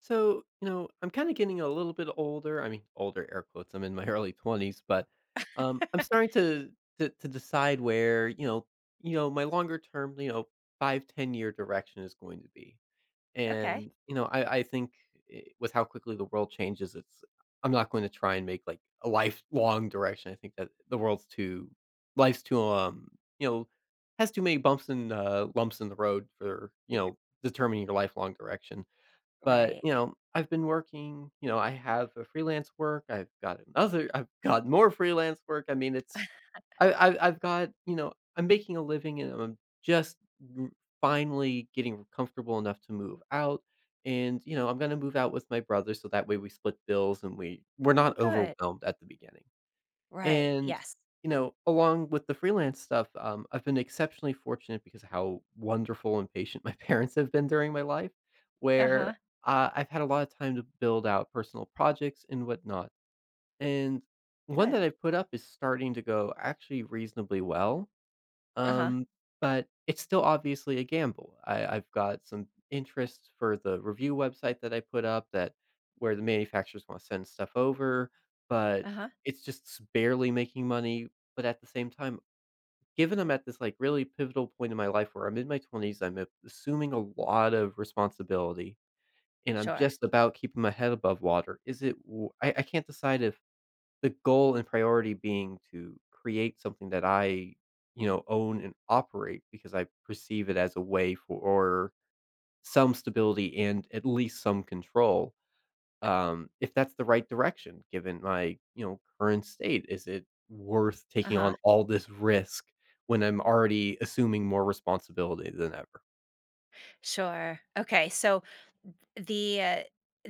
So, you know, I'm kind of getting a little bit older. I mean, older air quotes. I'm in my early 20s, but I'm starting to decide where, my longer term, five, 10-year direction is going to be. Okay. And I think with how quickly the world changes, it's I'm not going to try and make like a lifelong direction. I think that the world's too life's too you know, has too many bumps and lumps in the road for, you Yeah, know, determining your lifelong direction. But, right. you know, I've been working, I have a freelance work, I've got another I've got more freelance work, I mean, it's I I've got you know, I'm making a living and I'm just r finally getting comfortable enough to move out, and I'm gonna move out with my brother so that way we split bills and we're Oh, not good. overwhelmed at the beginning. Right. And, Yes. you know, along with the freelance stuff, I've been exceptionally fortunate because of how wonderful and patient my parents have been during my life, where Uh-huh. I've had a lot of time to build out personal projects and whatnot. And one Good. that I've put up is starting to go actually reasonably well. Uh-huh. Um, but it's still obviously a gamble. I've got some interests for the review website that I put up that where the manufacturers wanna send stuff over, but Uh-huh. it's just s barely making money, but at the same time, given I'm at this, like, really pivotal point in my life where I'm in my 20s, I'm a assuming a lot of responsibility, and I'm Sure. just about keeping my head above water. Is it w I can't decide if the goal and priority being to create something that I, own and operate because I perceive it as a way for some stability and at least some control. If that's the right direction, given my, current state, is it worth taking Uh-huh. on all this risk when I'm already assuming more responsibility than ever? Sure. Okay. So the uh,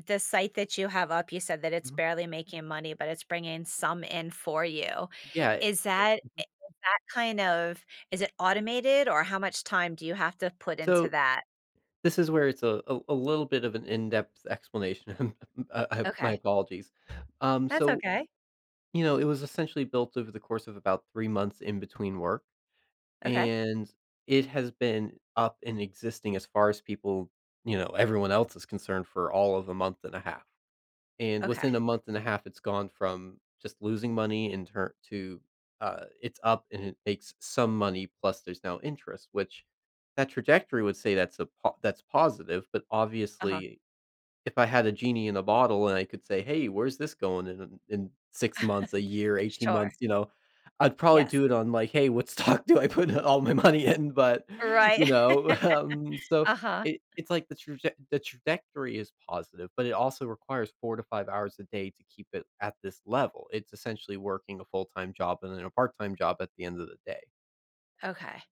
the site that you have up, you said that it's Mhm. barely making money, but it's bringing some in for you. Yeah. Is it- that is that kind of is it automated or how much time do you have to put into So that? this is where it's a little bit of an in-depth explanation. Okay. my apologies. Um, That's so okay. It was essentially built over the course of about 3 months in between work, Okay. and it has been up and existing as far as people, everyone else is concerned for all of a month and a half, and Okay. within a month and a half, it's gone from just losing money in turn to, it's up and it makes some money, plus there's now interest, which that trajectory would say that's a po that's positive, but Uh-huh. obviously if I had a genie in a bottle and I could say, "Hey, where's this going in 6 months, a year, 18 months," Sure. I'd probably Yes. do it on like, "Hey, what stock do I put all my money in?" You Right. know, um, so Uh-huh. it's like the trajectory is positive, but it also requires 4 to 5 hours a day to keep it at this level. It's essentially working a full-time job and then a part-time job at the end of the day. Okay.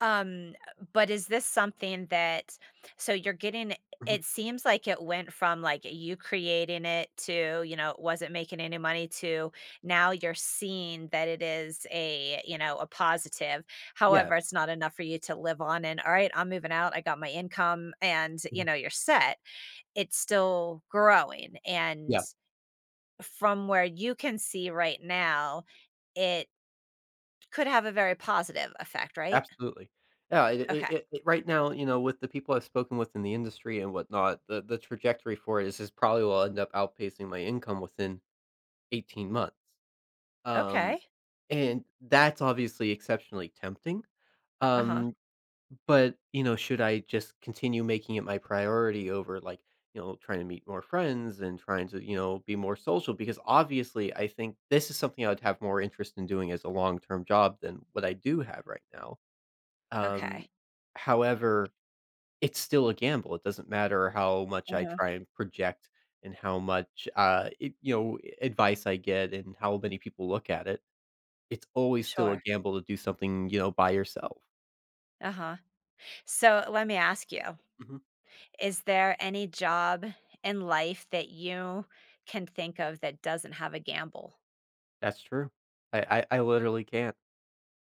Um, but is this something that so you're getting Mhm. it seems like it went from like you creating it to, you know, it wasn't making any money to now you're seeing that it is a, you know, a positive. Yeah. However, it's not enough for you to live on and, all right, I'm moving out. I got my income and, you Mhm. know, you're set. It's still growing. And Yeah. from where you can see right now, it could have a very positive effect, right? Absolutely. Yeah, it Okay. it it it right now, with the people I've spoken with in the industry and whatnot, the trajectory for it is probably will end up outpacing my income within 18 months. Um, Okay. and that's obviously exceptionally tempting. Uh-huh. Um, but should I just continue making it my priority over, like, trying to meet more friends and trying to be more social? Because obviously, I think this is something I would have more interest in doing as a long-term job than what I do have right now. Um, Okay. however, it's still a gamble. It doesn't matter how much I Uh-huh. try and project and how much, advice I get and how many people look at it. It's always still a Sure. gamble to do something, by yourself. Uh-huh. So let me ask you, Mhm. is there any job in life that you can think of that doesn't have a gamble? That's true. I literally can't.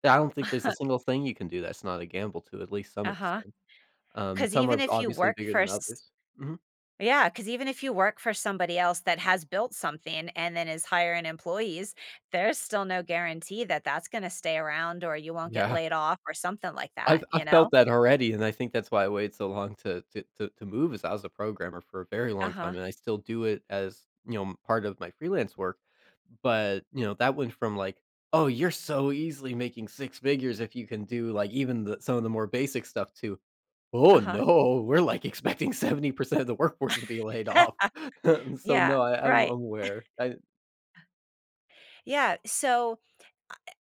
I don't think there's a single thing you can do that's not a gamble to at least some Uh-huh. Huh. extent. Um, Because some even are if you obviously work bigger for than s others. Mhm. Yeah, because even if you work for somebody else that has built something and then is hiring employees, there's still no guarantee that that's gonna stay around or you won't get Yeah. laid off or something like that, I've you I've felt know? that already, and I think that's why I waited so long to move is I was a programmer for a very long time, Uh-huh. and I still do it as, part of my freelance work, but, that went from like, "Oh, you're so easily making 6 figures if you can do, like, even the some of the more basic stuff," to, "Oh, Uh-huh. no, we're, like, expecting 70% of the workforce to be laid off." So, Yeah. no, I'm Right. aware. I Yeah. So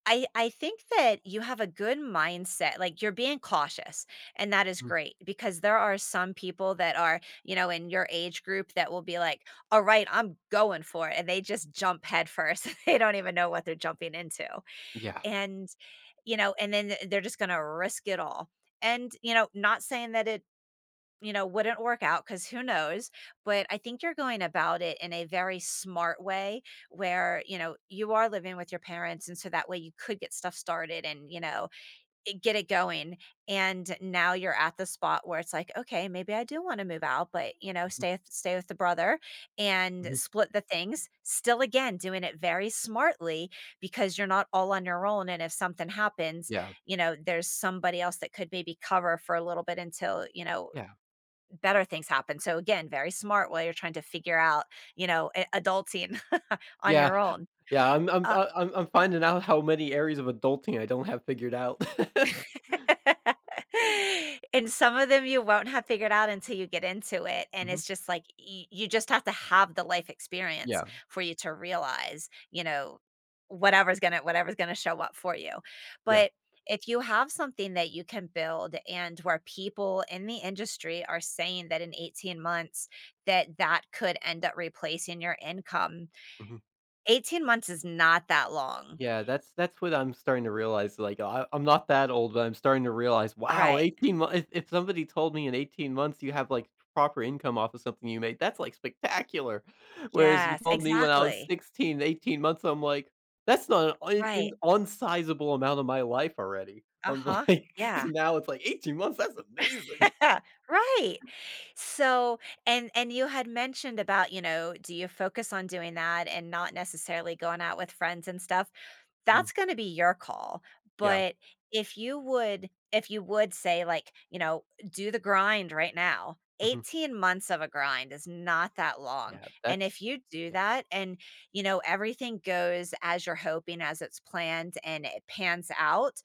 I think that you have a good mindset, like, you're being cautious, and that is mm, great because there are some people that are, you know, in your age group that will be like, "Alright, I'm going for it," and they just jump headfirst. They don't even know what they're jumping into, yeah. and, you know, and then th they're just gonna risk it all, and, you know, not saying that wouldn't work out because who knows? But I think you're going about it in a very smart way where, you know, you are living with your parents. And so that way you could get stuff started and, you know, get it going. And now you're at the spot where it's like, okay, maybe I do want to move out, but, you know, Mhm, stay with the brother and mhm, split the things. Still, again, doing it very smartly because you're not all on your own. And if something happens, yeah, you know, there's somebody else that could maybe cover for a little bit until, you know, yeah, better things happen. So again, very smart while you're trying to figure out, you know, adulting on yeah. your own. Yeah, I'm Uh, I I'm finding out how many areas of adulting I don't have figured out. and some of them you won't have figured out until you get into it. And Mhm. it's just like you just have to have the life experience Yeah, for you to realize, you know, whatever's gonna show up for you. yeah, But if you have something that you can build and where people in the industry are saying that in 18 months that that could end up replacing your income, mhm. 18 months is not that long. Yeah, that's what I'm starting to realize, like, I'm not that old, but I'm starting to realize, wow, Right. 18 months. If somebody told me in 18 months you have, like, proper income off of something you made, that's, like, spectacular. Whereas you Yes, told me when I was exactly. 16, 18 months, I'm like, that's not an un- Right. in unsizable amount of my life already. I'm Uh-huh. like, Yeah. now it's like 18 months, that's amazing. Right. So and you had mentioned about, you know, do you focus on doing that and not necessarily going out with friends and stuff? Mm, That's gonna be your call, yeah, but if you would say, like, you know, "Do the grind right now." mhm. 18 months of a grind is not that long, Yeah, and that's if you do yeah. that and, you know, everything goes as you're hoping, as it's planned, and it pans out,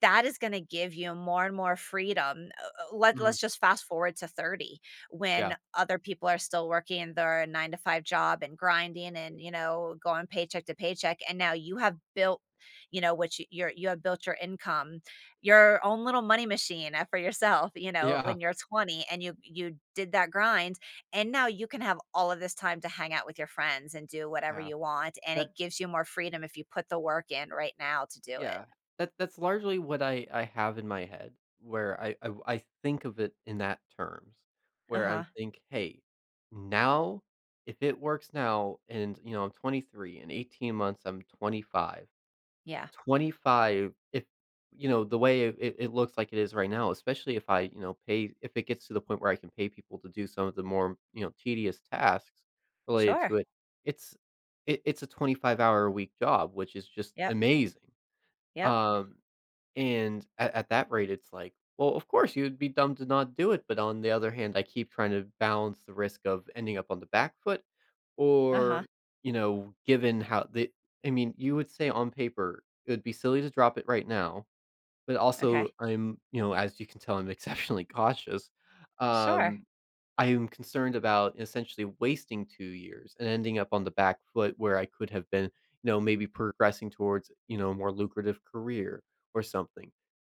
that is gonna give you more and more freedom. Mhm. Let's just fast forward to 30 when Yeah. other people are still working their 9 to 5 job and grinding and, you know, going paycheck to paycheck, and now you have built, you know, which you're you have built your income, your own little money machine, for yourself, you know, Yeah, when you're 20 and you did that grind, and now you can have all of this time to hang out with your friends and do whatever yeah. you want, and it That gives you more freedom if you put the work in right now to do it. yeah. That's largely what I have in my head where I think of it in that terms, where I'm Uh-huh, think, "Hey, now if it works now and, I'm 23, in 18 months, I'm 25." yeah. 25 if the way it looks like it is right now, especially if I, you know, pay if it gets to the point where I can pay people to do some of the more, tedious tasks related to Sure. it, it's it's a 25 hour a week job, which is just Yep. amazing. Yep. Um and at that rate, it's like, well, of course, you'd be dumb to not do it, but on the other hand, I keep trying to balance the risk of ending up on the back foot or, Uh-huh. you know, given how the I mean, you would say on paper, it would be silly to drop it right now, but also Okay. I'm, as you can tell, I'm exceptionally cautious. Sure. Um, I am concerned about essentially wasting 2 years and ending up on the back foot where I could have been, maybe progressing towards, a more lucrative career or something.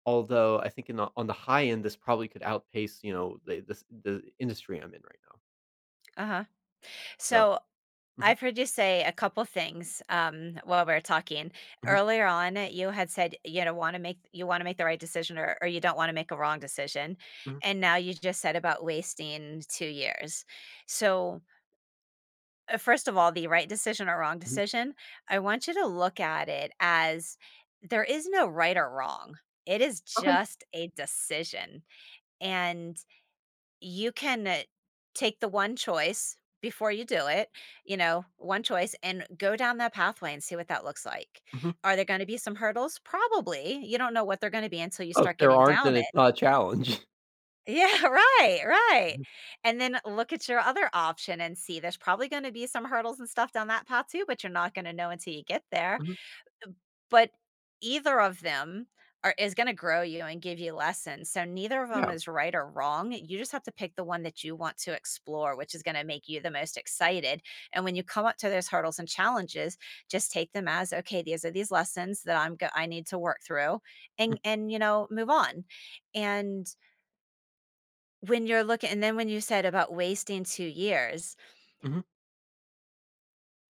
Although I think in the on the high end, this probably could outpace, the industry I'm in right now. Uh-huh. So So mhm, I've heard you say a couple things while we are talking. mhm, Earlier on, you had said you want to make the right decision or you don't want to make a wrong decision, mhm, and now you just said about wasting 2 years. So first of all, the right decision or wrong mhm. decision, I want you to look at it as there is no right or wrong. It is Okay. just a decision, and you can take the one choice before you do it, you know, one choice and go down that pathway and see what that looks like. Mhm. Are there going to be some hurdles? Probably. You don't know what they're going to be until you Oh, if start there getting aren't, then down it. it's not a challenge. Yeah, right. Mhm, And then look at your other option and see there's probably going to be some hurdles and stuff down that path too, but you're not going to know until you get there. mhm, But either of them are is gonna grow you and give you lessons, so neither of them yeah. is right or wrong, you just have to pick the one that you want to explore, which is gonna make you the most excited, and when you come up to those hurdles and challenges, just take them as, "Okay, these are these lessons that I need to work through," Mhm, and, you know, move on, and when you're looking and then when you said about wasting 2 years, mhm.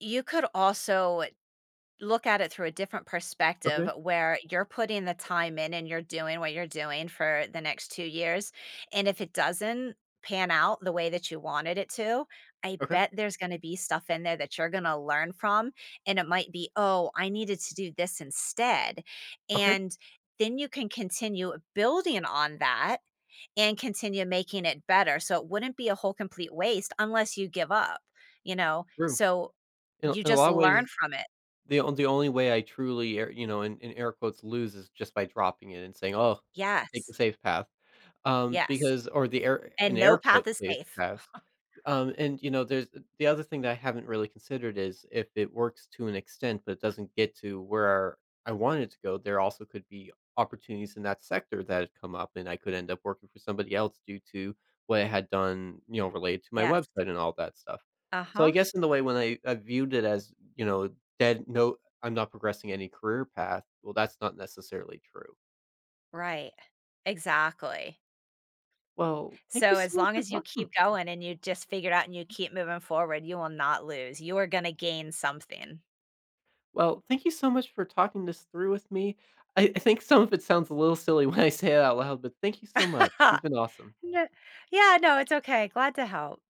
you could also look at it through a different perspective Okay, where you're putting the time in and you're doing what you're doing for the next 2 years, and if it doesn't pan out the way that you wanted it to, I okay, bet there's gonna be stuff in there that you're gonna learn from, and it might be, "Oh, I needed to do this instead," okay, and then you can continue building on that and continue making it better, so it wouldn't be a whole complete waste unless you give up, you know? true. So, In a you in a just lot of ways, learn from it. the on the only way I truly air you know, in air quotes, "lose" is just by dropping it and saying, "Oh, take the Yes. safe path." Yes, because or the air in and no air path quotes, is safe safe. path. And there's the other thing that I haven't really considered is if it works to an extent, but it doesn't get to where I want it to go, there also could be opportunities in that sector that had come up, and I could end up working for somebody else due to what I had done, related to my Yes. website and all that stuff. So I Uh-huh. guess in the way when I viewed it as, dead, no, I'm not progressing any career path. Well, that's not necessarily true. Right. Exactly. Well, thank you So, so as much long for as you talking. keep going and you just figure it out and you keep moving forward, you will not lose. You are gonna gain something. Well, thank you so much for talking this through with me. I think some of it sounds a little silly when I say it out loud, but thank you so much. You've been awesome. N Yeah, no, it's okay. Glad to help.